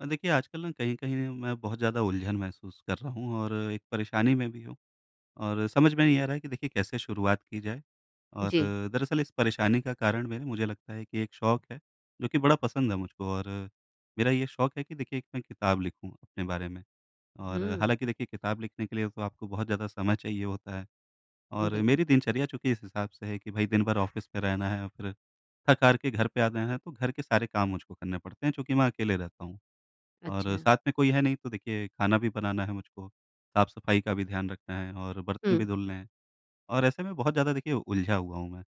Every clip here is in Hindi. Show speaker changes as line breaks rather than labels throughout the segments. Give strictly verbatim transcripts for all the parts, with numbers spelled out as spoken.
अ, देखिए, आजकल ना कहीं कहीं मैं बहुत ज़्यादा उलझन महसूस कर रहा हूँ और एक परेशानी में भी हूँ। और समझ में नहीं आ रहा है कि देखिए कैसे शुरुआत की जाए। और
जी।
दरअसल इस परेशानी का कारण, मेरे मुझे लगता है कि एक शौक है, जो कि बड़ा पसंद है मुझको। और मेरा ये शौक है कि देखिए एक मैं किताब लिखूँ अपने बारे में। और
हुँ,
हालाँकि देखिए किताब लिखने के लिए तो आपको बहुत ज़्यादा समय चाहिए होता है, और
बिल्कुल।
मेरी दिनचर्या चूँकि इस हिसाब से है कि भाई दिन भर ऑफ़िस में रहना है और फिर थक-हार के घर पे आ जाना है, तो घर के सारे काम मुझको करने पड़ते हैं, चूँकि मैं अकेले रहता हूँ। और
अच्छा।
साथ में कोई है नहीं, तो देखिए खाना भी बनाना है मुझको, साफ-सफाई का भी ध्यान रखना है और बर्तन
हुँ,
भी धुलने हैं। और ऐसे में बहुत ज़्यादा देखिए उलझा हुआ हूँ मैं।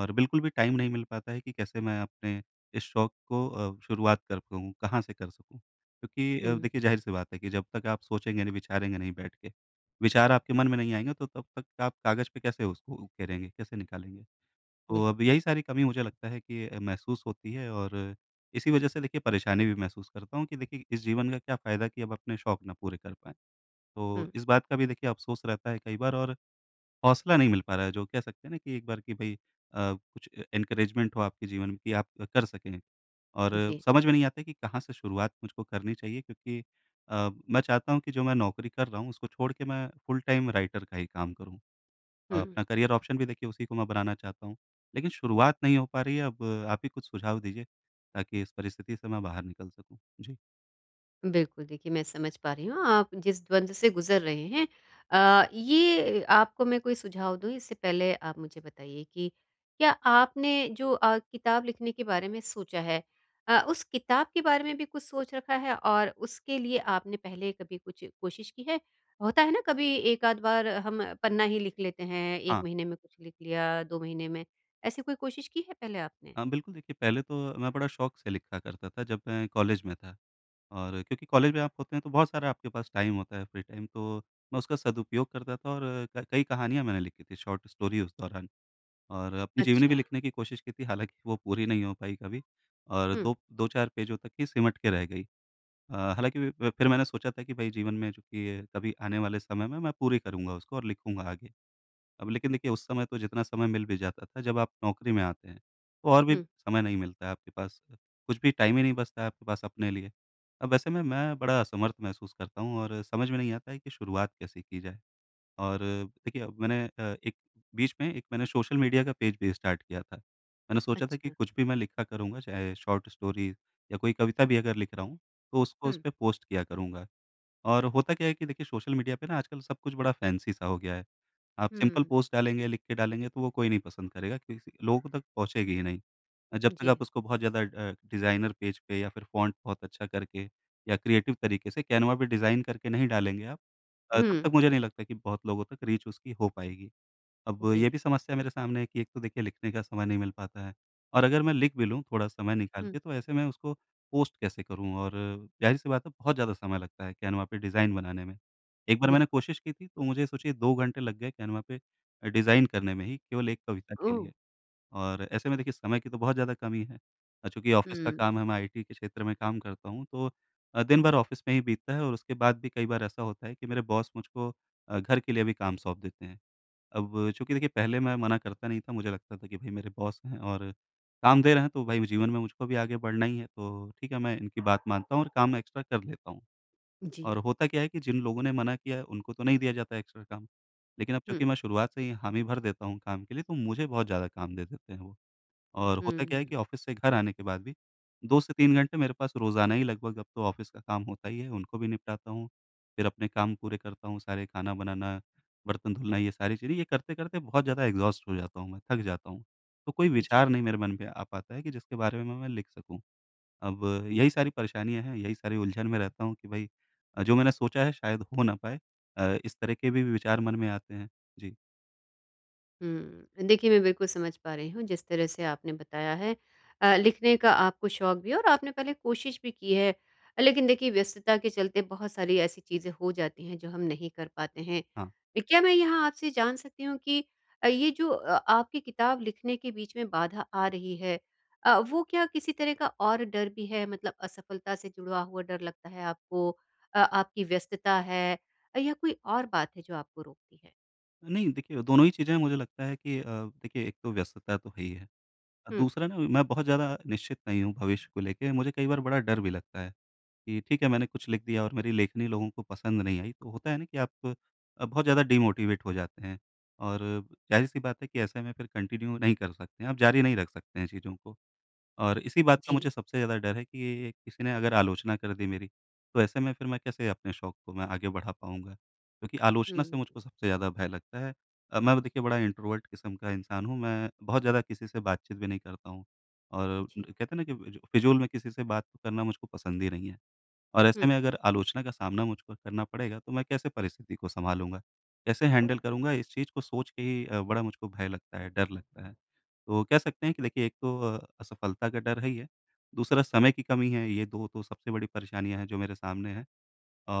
और बिल्कुल भी टाइम नहीं मिल पाता है कि कैसे मैं अपने इस शौक को अ, शुरुआत कर पाऊँ, कहाँ से कर सकूँ? क्योंकि अ,
हुँ,
देखिए, ज़ाहिर-सी बात है कि जब तक आप सोचेंगे नहीं, विचारेंगे नहीं बैठ के, विचार आपके मन में नहीं आएँगे, तो तब तक आप कागज़ पे कैसे उसको उकेरेंगे, कैसे निकालेंगे? तो अब
बिल्कुल।
यही सारी कमी, मुझे लगता है कि अ, महसूस होती है। और इसी वजह से देखिए परेशानी भी महसूस करता हूँ कि देखिए इस जीवन का क्या फ़ायदा कि अब अपने शौक ना पूरे कर पाएँ। तो
हुँ,
इस बात का भी देखिए अफ़सोस रहता है कई बार। और हौसला नहीं मिल पा रहा है, जो कह सकते हैं ना कि एक बार कि भई अ, कुछ ए एनकरेजमेंट हो आपके जीवन में कि आप कर सकें। और
जी।
समझ में नहीं आता है कि कहाँ से शुरुआत मुझको करनी चाहिए, क्योंकि अ, मैं चाहता हूँ कि जो मैं नौकरी कर रहा हूँ उसको छोड़ के मैं फुल टाइम राइटर का ही काम करूँ। अ,
हुँ।
अपना करियर ऑप्शन भी देखिए उसी को मैं बनाना चाहता हूँ। लेकिन शुरुआत नहीं हो पा रही है। अब आप ही कुछ सुझाव दीजिए ताकि इस परिस्थिति से मैं बाहर निकल सकूँ। जी।
बिल्कुल, देखिए मैं समझ पा रही हूँ आप जिस द्वंद से गुज़र रहे हैं। अ, ये आपको मैं कोई सुझाव दूँ इससे पहले आप मुझे बताइए कि क्या आपने जो अ, किताब लिखने के बारे में सोचा है अ, उस किताब के बारे में भी कुछ सोच रखा है और उसके लिए आपने पहले कभी कुछ कोशिश की है? होता है ना कभी एक आध बार हम पन्ना ही लिख लेते हैं, एक
हाँ,
महीने में कुछ लिख लिया, दो महीने में, ऐसी कोई कोशिश की है पहले आपने?
हाँ, बिल्कुल। देखिए, पहले तो मैं बड़ा शौक से लिखा करता था जब मैं कॉलेज में था। और क्योंकि कॉलेज में आप होते हैं तो बहुत सारा आपके पास टाइम होता है, फ्री टाइम, तो मैं उसका सदुपयोग करता था। और क कई कहानियाँ मैंने लिखी थी, शॉर्ट स्टोरी, उस दौरान। और अपनी जीवनी भी
अच्छा।
लिखने की कोशिश की थी, हालाँकि वो पूरी नहीं हो पाई कभी और
हुँ,
दो 2-4 पेजों तक ही सिमट के रह गई। अ, हालाँकि व फिर मैंने सोचा था कि भई जीवन में जो कि ये कभी आने वाले समय में मैं पूरी करूँगा उसको और लिखूँगा आगे। अब लेकिन देखिए उस समय तो जितना समय मिल भी जाता था, जब आप नौकरी में आते हैं, तो और भी
हुँ,
समय नहीं मिलता है आपके पास, कुछ भी टाइम ही नहीं बचता है आपके पास अपने लिए। अब ऐसे में मैं बड़ा असमर्थ महसूस करता हूँ और समझ में नहीं आता है कि शुरुआत कैसे की जाए? और देखिए, अब मैंने अ, एक बीच में एक मैंने सोशल मीडिया का पेज भी स्टार्ट किया था। मैंने सोचा था कि
अच्छा।
कुछ भी मैं लिखा करूँगा, चाहे शॉर्ट स्टोरी या कोई कविता भी अगर लिख रहा हूँ, तो उसको
हुँ,
उसपे पोस्ट किया करूँगा। और होता क्या है कि देखिए सोशल मीडिया पे ना आजकल सब कुछ बड़ा फैंसी सा हो गया है। आप सिंपल
हुँ,
पोस्ट डालेंगे, लिख के डालेंगे, तो वो कोई नहीं पसंद करेगा, किसी लोगों तक पहुँचेगी ही नहीं। अ, जब तक
जी।
आप उसको बहुत ज़्यादा अ, डिज़ाइनर पेज पे या फिर फ़ॉन्ट बहुत अच्छा करके या क्रिएटिव तरीके से कैनवा पे डिज़ाइन करके नहीं डालेंगे आप, अ,
हुँ,
तब तक मुझे नहीं लगता कि बहुत लोगों तक रीच उसकी हो पाएगी। अब ये
जी।
भी समस्या मेरे सामने है कि एक तो देखिए लिखने का समय नहीं मिल पाता है, और अगर मैं लिख भी लूँ थोड़ा समय निकाल
हुँ,
के, तो ऐसे में उसको पोस्ट कैसे करूँ? और ज़ाहिर-सी बात है, बहुत ज़्यादा समय लगता है कैनवा पे डिज़ाइन बनाने में। एक बार मैंने
बिल्कुल।
कोशिश की थी, तो मुझे सोचिए दो घंटे लग गए कैनवा पे अ, डिज़ाइन करने में ही, केवल एक कविता के
ओह!
लिए। और ऐसे में देखिए समय की तो बहुत ज़्यादा कमी है। अ, चूँकि ऑफ़िस का
हुँ,
काम है, मैं आईटी के क्षेत्र में काम करता हूँ, तो अ, दिन भर ऑफ़िस में ही बीतता है, और उसके बाद भी कई बार ऐसा होता है कि मेरे बॉस मुझको अ, घर के लिए भी काम सौंप देते हैं। अब चूँकि देखिए पहले मैं मना करता नहीं था, मुझे लगता था कि भई मेरे बॉस हैं और काम दे रहे हैं, तो भाई जीवन में मुझको भी आगे बढ़ना ही है, तो ठीक है, मैं इनकी बात मानता हूँ और काम एक्स्ट्रा कर लेता हूँ।
जी।
और होता क्या है कि जिन लोगों ने मना किया है, उनको तो नहीं दिया जाता है एक्स्ट्रा काम, लेकिन अब
हुँ,
चूँकि मैं शुरुआत से ही हामी भर देता हूँ काम के लिए, तो मुझे बहुत ज़्यादा काम दे देते हैं वो। और होता क्या है
हुँ,
कि ऑफ़िस से घर आने के बाद भी दो से तीन घंटे मेरे पास रोज़ाना ही लगभग, अब तो ऑफ़िस का काम होता ही है, उनको भी निपटाता हूँ। फिर अपने काम पूरे करता हूँ सारे, खाना बनाना, बर्तन धुलना, ये सारी चीज़ें। ये करते-करते बहुत ज़्यादा एग्ज़ॉस्ट हो जाता हूँ मैं, थक जाता हूँ। तो कोई विचार
जी।
नहीं मेरे मन पे आ पाता है कि जिसके बारे में मैं लिख सकूँ। अब यही सारी परेशानियाँ हैं, यही सारी उलझन में रहता हूँ कि भई अ, जो मैंने सोचा है शायद हो ना पाए। अ, इस तरह के भी विचार मन में आते हैं। जी,
हुँ। देखिए, मैं बिल्कुल समझ पा रही हूँ जिस तरह से आपने बताया है। अ, लिखने का आपको शौक भी है और आपने पहले कोशिश भी की है। लेकिन देखिए व्यस्तता के चलते बहुत सारी ऐसी चीज़ें हो जाती हैं जो हम नहीं कर पाते हैं।
हाँ।
क्या मैं यहाँ आपसे जान सकती हूँ कि अ, ये जो अ, आपकी किताब लिखने के बीच में बाधा आ रही है, अ, वो क्या किसी तरह का और डर भी है, मतलब असफलता से जुड़ा हुआ डर लगता है आपको? अ, आपकी व्यस्तता है, अ, या कोई और बात है जो आपको रोकती है?
नहीं, देखिए, दोनों ही चीज़ें, मुझे लगता है कि अ, देखिए, एक तो व्यस्तता तो है ही है। अ,
हुँ।
दूसरा ना, मैं बहुत ज़्यादा निश्चित नहीं हूँ भविष्य को लेके, मुझे कई बार बड़ा डर भी लगता है कि ठीक है, मैंने कुछ लिख दिया और मेरी लेखनी लोगों को पसंद नहीं आई, तो होता है ना कि आप अ, बहुत ज़्यादा डिमोटिवेट हो जाते हैं, और जाहिर-सी बात है कि ऐसे में फिर कंटिन्यू नहीं कर सकते हैं, आप जारी नहीं रख सकते हैं चीज़ों को। और इसी बात का
जी।
मुझे सबसे ज़्यादा डर है कि ये किसी ने अगर आलोचना कर दी मेरी, तो ऐसे में फिर मैं कैसे अपने शौक को मैं आगे बढ़ा पाऊँगा? क्योंकि
हुँ।
आलोचना से मुझको सबसे ज़्यादा भय लगता है। अ, मैं देखिए बड़ा इंट्रोवर्ट किस्म का इंसान हूँ, मैं बहुत ज़्यादा किसी से बातचीत भी नहीं करता हूँ, और
जी।
कहते हैं ना कि फ़िज़ूल में किसी से बात करना मुझको पसंद ही नहीं है। और ऐसे
हुँ,
में अगर आलोचना का सामना मुझको करना पड़ेगा, तो मैं कैसे परिस्थिति को सँभालूँगा? कैसे हैंडल करूँगा? इस चीज़ को सोच के ही अ, बड़ा मुझको भय लगता है, डर लगता है। तो कह सकते हैं कि देखिए एक तो अ, असफलता का डर है ही है, दूसरा समय की कमी है, ये दो तो सबसे बड़ी परेशानियाँ हैं जो मेरे सामने हैं।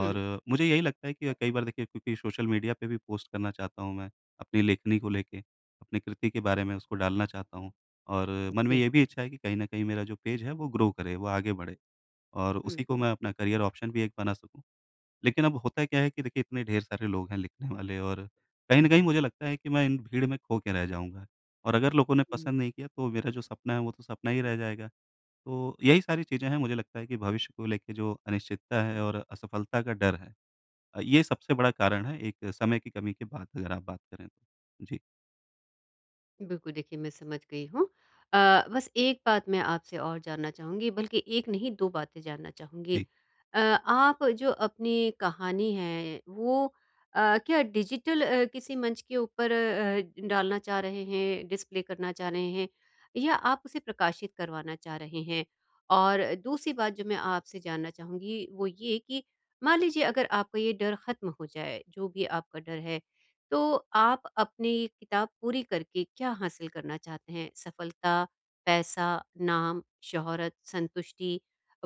हुँ।
मुझे यही लगता है कि कई बार देखिए क्योंकि सोशल मीडिया पे भी पोस्ट करना चाहता हूँ मैं, अपनी लेखनी को लेके, अपनी कृति के बारे में उसको डालना चाहता हूँ। और मन में
जी।
ये भी इच्छा है कि कहीं न कहीं मेरा जो पेज है वो ग्रो करे, वो आगे बढ़े। और उसी
हुँ,
को मैं अपना करियर ऑप्शन भी एक बना सकूँ। लेकिन अब होता क्या है कि देखिए इतने ढेर सारे लोग हैं लिखने वाले, और कहीं न कहीं मुझे लगता है कि मैं इन भीड़ में खो के रह जाऊँगा, और अगर लोगों ने
हुँ।
पसंद नहीं किया, तो मेरा जो सपना है वो तो सपना ही रह जाएगा। तो यही सारी चीज़ें हैं, मुझे लगता है कि भविष्य को लेके जो अनिश्चितता है और असफलता का डर है, अ, ये सबसे बड़ा कारण है, एक समय की कमी के बाद अगर आप बात करें तो। जी।
बिल्कुल देखिए मैं समझ गई हूँ। अ, बस एक बात मैं आपसे और जानना चाहूँगी, बल्कि एक नहीं दो बातें जानना चाहूँगी।
जी,
अ, आप जो अपनी कहानी है वो अ, क्या डिजिटल अ, किसी मंच के ऊपर अ, डालना चाह रहे हैं, डिस्प्ले करना चाह रहे हैं या आप उसे प्रकाशित करवाना चाह रहे हैं? और दूसरी बात जो मैं आपसे जानना चाहूँगी वो ये कि मान लीजिए अगर आपका ये डर ख़त्म हो जाए, जो भी आपका डर है तो आप अपनी ये किताब पूरी करके क्या हासिल करना चाहते हैं? सफलता, पैसा, नाम, शोहरत, संतुष्टि,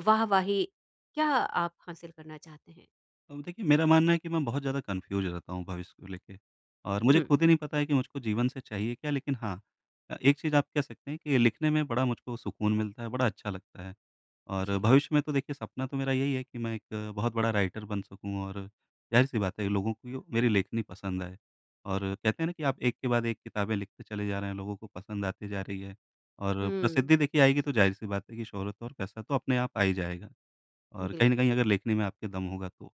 वाहवाही, क्या आप हासिल करना चाहते हैं?
अब देखिए, मेरा मानना है कि मैं बहुत ज़्यादा कन्फ्यूज़ रहता हूँ भविष्य को लेके, और मुझे
हुँ,
खुद ही नहीं पता है कि मुझको जीवन से चाहिए क्या? लेकिन हाँ, अ, एक चीज़ आप कह सकते हैं कि लिखने में बड़ा मुझको सुकून मिलता है, बड़ा अच्छा लगता है। और
जी।
भविष्य में तो देखिए सपना तो मेरा यही है कि मैं एक बहुत बड़ा राइटर बन सकूँ, और ज़ाहिर-सी बात है, लोगों को मेरी लेखनी पसंद आए, और कहते हैं ना कि आप एक के बाद एक किताबें लिखते चले जा रहे हैं, लोगों को पसंद आती जा रही है, और
हुँ,
प्रसिद्धि देखिए आएगी, तो ज़ाहिर-सी बात है कि शोहरत और पैसा तो अपने आप आ ही जाएगा, और कहीं न
बिल्कुल।
कहीं अगर लेखनी में आपके दम होगा तो।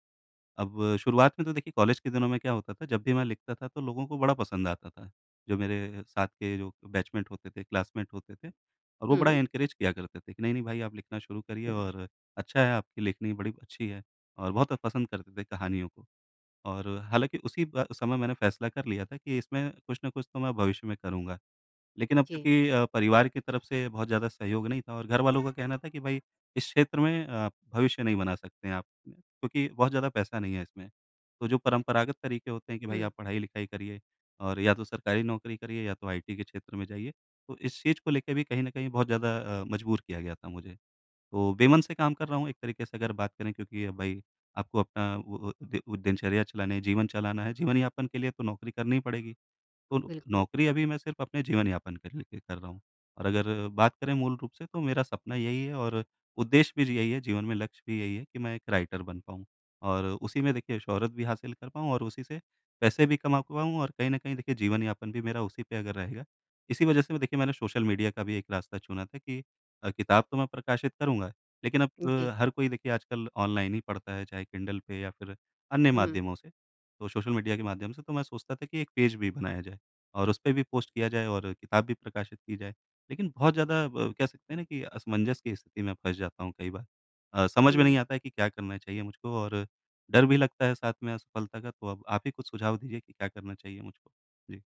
अब शुरुआत में तो देखिए कॉलेज के दिनों में क्या होता था, जब भी मैं लिखता था तो लोगों को बड़ा पसंद आता था। जो मेरे साथ के जो बैचमेट होते थे, क्लासमेट होते थे, और वो
हुँ,
बड़ा
हुँ,
एनकरेज किया करते थे कि नहीं, नहीं भाई, आप लिखना शुरू करिए, और अच्छा है, आपकी लिखनी बड़ी अच्छी है, और बहुत पसंद करते थे कहानियों को। और हालाँकि उसी ब समय मैंने फैसला कर लिया था कि इसमें कुछ न कुछ तो मैं भविष्य में करूँगा। लेकिन अब
जी।
चूँकि अ, परिवार की तरफ से बहुत ज़्यादा सहयोग नहीं था, और घर वालों का कहना था कि भाई, इस क्षेत्र में अ, भविष्य नहीं बना सकते हैं आप, क्योंकि बहुत ज़्यादा पैसा नहीं है इसमें। तो जो परंपरागत तरीके होते हैं कि भाई
हुँ,
आप पढ़ाई-लिखाई करिए, और या तो सरकारी नौकरी करिए, या तो आईटी के क्षेत्र में जाइए। तो इस चीज़ को लेके भी कहीं न कहीं बहुत ज़्यादा अ, मजबूर किया गया था मुझे। तो बेमन से काम कर रहा हूँ एक तरीके से, अगर बात करें, क्योंकि अब भाई आपको अपना वो वो दि दिनचर्या चलाना है, जीवन चलाना है, जीवन यापन के लिए तो नौकरी करनी ही पड़ेगी। तो
बिल्कुल।
नौकरी अभी मैं सिर्फ़ अपने जीवन यापन के लिए कर रहा हूँ। और अगर बात करें मूल रूप से, तो मेरा सपना यही है, और उद्देश्य भी यही है, जीवन में लक्ष्य भी यही है कि मैं एक राइटर बन पाऊँ। और उसी में देखिए शोहरत भी हासिल कर पाऊँ, और उसी से पैसे भी कमा पाऊँ, और कहीं न कहीं देखिए जीवन यापन भी मेरा उसी पे अगर रहेगा। इसी वजह से मैं देखिए मैंने सोशल मीडिया का भी एक रास्ता चुना था कि अ, किताब तो मैं प्रकाशित करूँगा, लेकिन अब
जी।
अ, हर कोई देखिए आजकल ऑनलाइन ही पढ़ता है, चाहे किंडल पे या फिर अन्य
हुँ,
माध्यमों से। तो सोशल मीडिया के माध्यम से तो मैं सोचता था कि एक पेज भी बनाया जाए, और उस पे भी पोस्ट किया जाए, और किताब भी प्रकाशित की जाए। लेकिन बहुत ज़्यादा ब कह सकते हैं ना कि असमंजस की स्थिति में फँस जाता हूँ कई बार। अ, समझ में नहीं
हुँ।
आता है कि क्या करना चाहिए मुझको, और डर भी लगता है साथ में असफलता का, तो अब आप ही कुछ सुझाव दीजिए कि क्या करना चाहिए मुझको? जी।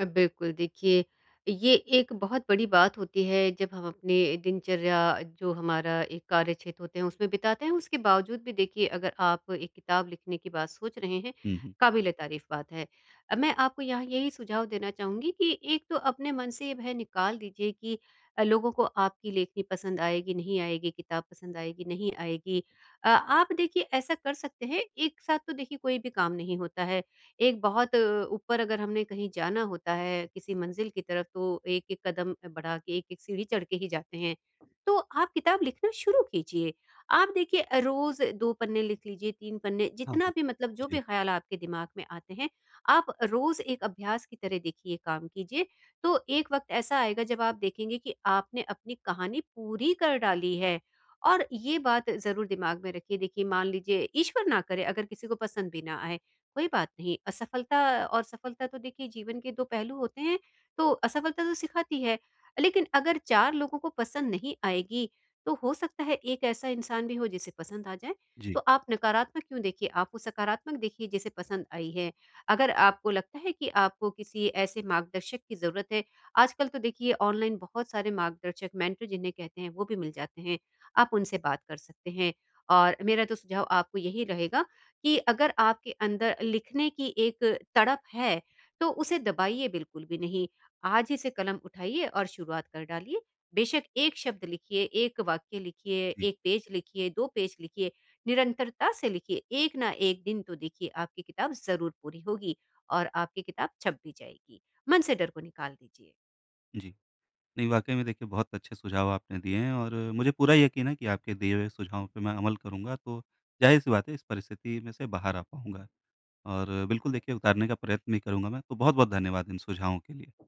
अ, बिल्कुल देखिए ये एक बहुत बड़ी बात होती है जब हम अपने दिनचर्या जो हमारा एक कार्य क्षेत्र होते हैं उसमें बिताते हैं, उसके बावजूद भी देखिए अगर आप एक किताब लिखने की बात सोच रहे हैं,
हुँ, हुँ।
काबिल तारीफ बात है। अ, मैं आपको यहाँ यही सुझाव देना चाहूँगी कि एक तो अपने मन से ये भय निकाल दीजिए कि अ, लोगों को आपकी लेखनी पसंद आएगी नहीं आएगी, किताब पसंद आएगी नहीं आएगी। अ, आप देखिए ऐसा कर सकते हैं, एक साथ तो देखिए कोई भी काम नहीं होता है। एक बहुत अ, ऊपर अगर हमने कहीं जाना होता है किसी मंजिल की तरफ, तो एक-एक कदम बढ़ा के, एक-एक सीढ़ी चढ़ के ही जाते हैं। तो आप किताब लिखना शुरू कीजिए। आप देखिए अ, रोज़ दो पन्ने लिख लीजिए, तीन पन्ने,
हाँ,
जितना
हाँ।
भी मतलब जो भी
जी,
ख़्याल आपके दिमाग में आते हैं, आप रोज़ एक अभ्यास की तरह देखिए काम कीजिए। तो एक वक़्त ऐसा आएगा जब आप देखेंगे कि आपने अपनी कहानी पूरी कर डाली है। और ये बात ज़रूर दिमाग में रखिए, देखिए मान लीजिए ईश्वर ना करे अगर किसी को पसंद भी ना आए, कोई बात नहीं। असफलता और सफलता तो देखिए जीवन के दो पहलू होते हैं, तो असफलता तो सिखाती है। लेकिन अगर चार लोगों को पसंद नहीं आएगी, तो हो सकता है एक ऐसा इंसान भी हो जिसे पसंद आ जाए।
जी,
तो आप नकारात्मक क्यों देखिए, आप वो सकारात्मक देखिए जिसे पसंद आई है। अगर आपको लगता है कि आपको किसी ऐसे मार्गदर्शक की ज़रूरत है, आजकल तो देखिए ऑनलाइन बहुत सारे मार्गदर्शक मेंटर जिन्हें कहते हैं, वो भी मिल जाते हैं। आप उनसे बात कर सकते हैं और मेरा तो सुझाव आपको यही रहेगा कि अगर आपके अंदर लिखने की एक तड़प है, तो उसे दबाइए बिल्कुल भी नहीं। आज ही से कलम उठाइए और शुरुआत कर डालिए। बेशक एक शब्द लिखिए, एक वाक्य लिखिए,
जी,
एक पेज लिखिए, दो पेज लिखिए, निरंतरता से लिखिए। एक ना एक दिन तो देखिए आपकी किताब ज़रूर पूरी होगी और आपकी किताब छप भी जाएगी। मन से डर को निकाल दीजिए।
जी। नहीं, वाक़ई में देखिए बहुत अच्छे सुझाव आपने दिए हैं, और मुझे पूरा यकीन है कि आपके दिए हुए सुझावों पे मैं अमल करूँगा, तो ज़ाहिर-सी बात है इस परिस्थिति में से बाहर आ पाऊँगा। और बिल्कुल देखिए उतारने का प्रयत्न भी करूँगा मैं, तो बहुत-बहुत धन्यवाद इन सुझावों के लिए।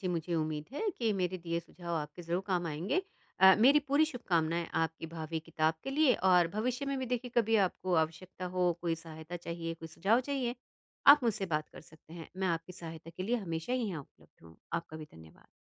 जी, मुझे उम्मीद है कि मेरे दिए सुझाव आपके ज़रूर काम आएँगे। अ, मेरी पूरी शुभकामनाएँ आपकी भावी किताब के लिए और भविष्य में भी देखिए कभी आपको आवश्यकता हो, कोई सहायता चाहिए, कोई सुझाव चाहिए, आप मुझसे बात कर सकते हैं। मैं आपकी सहायता के लिए हमेशा ही यहाँ उपलब्ध हूँ। आपका भी धन्यवाद।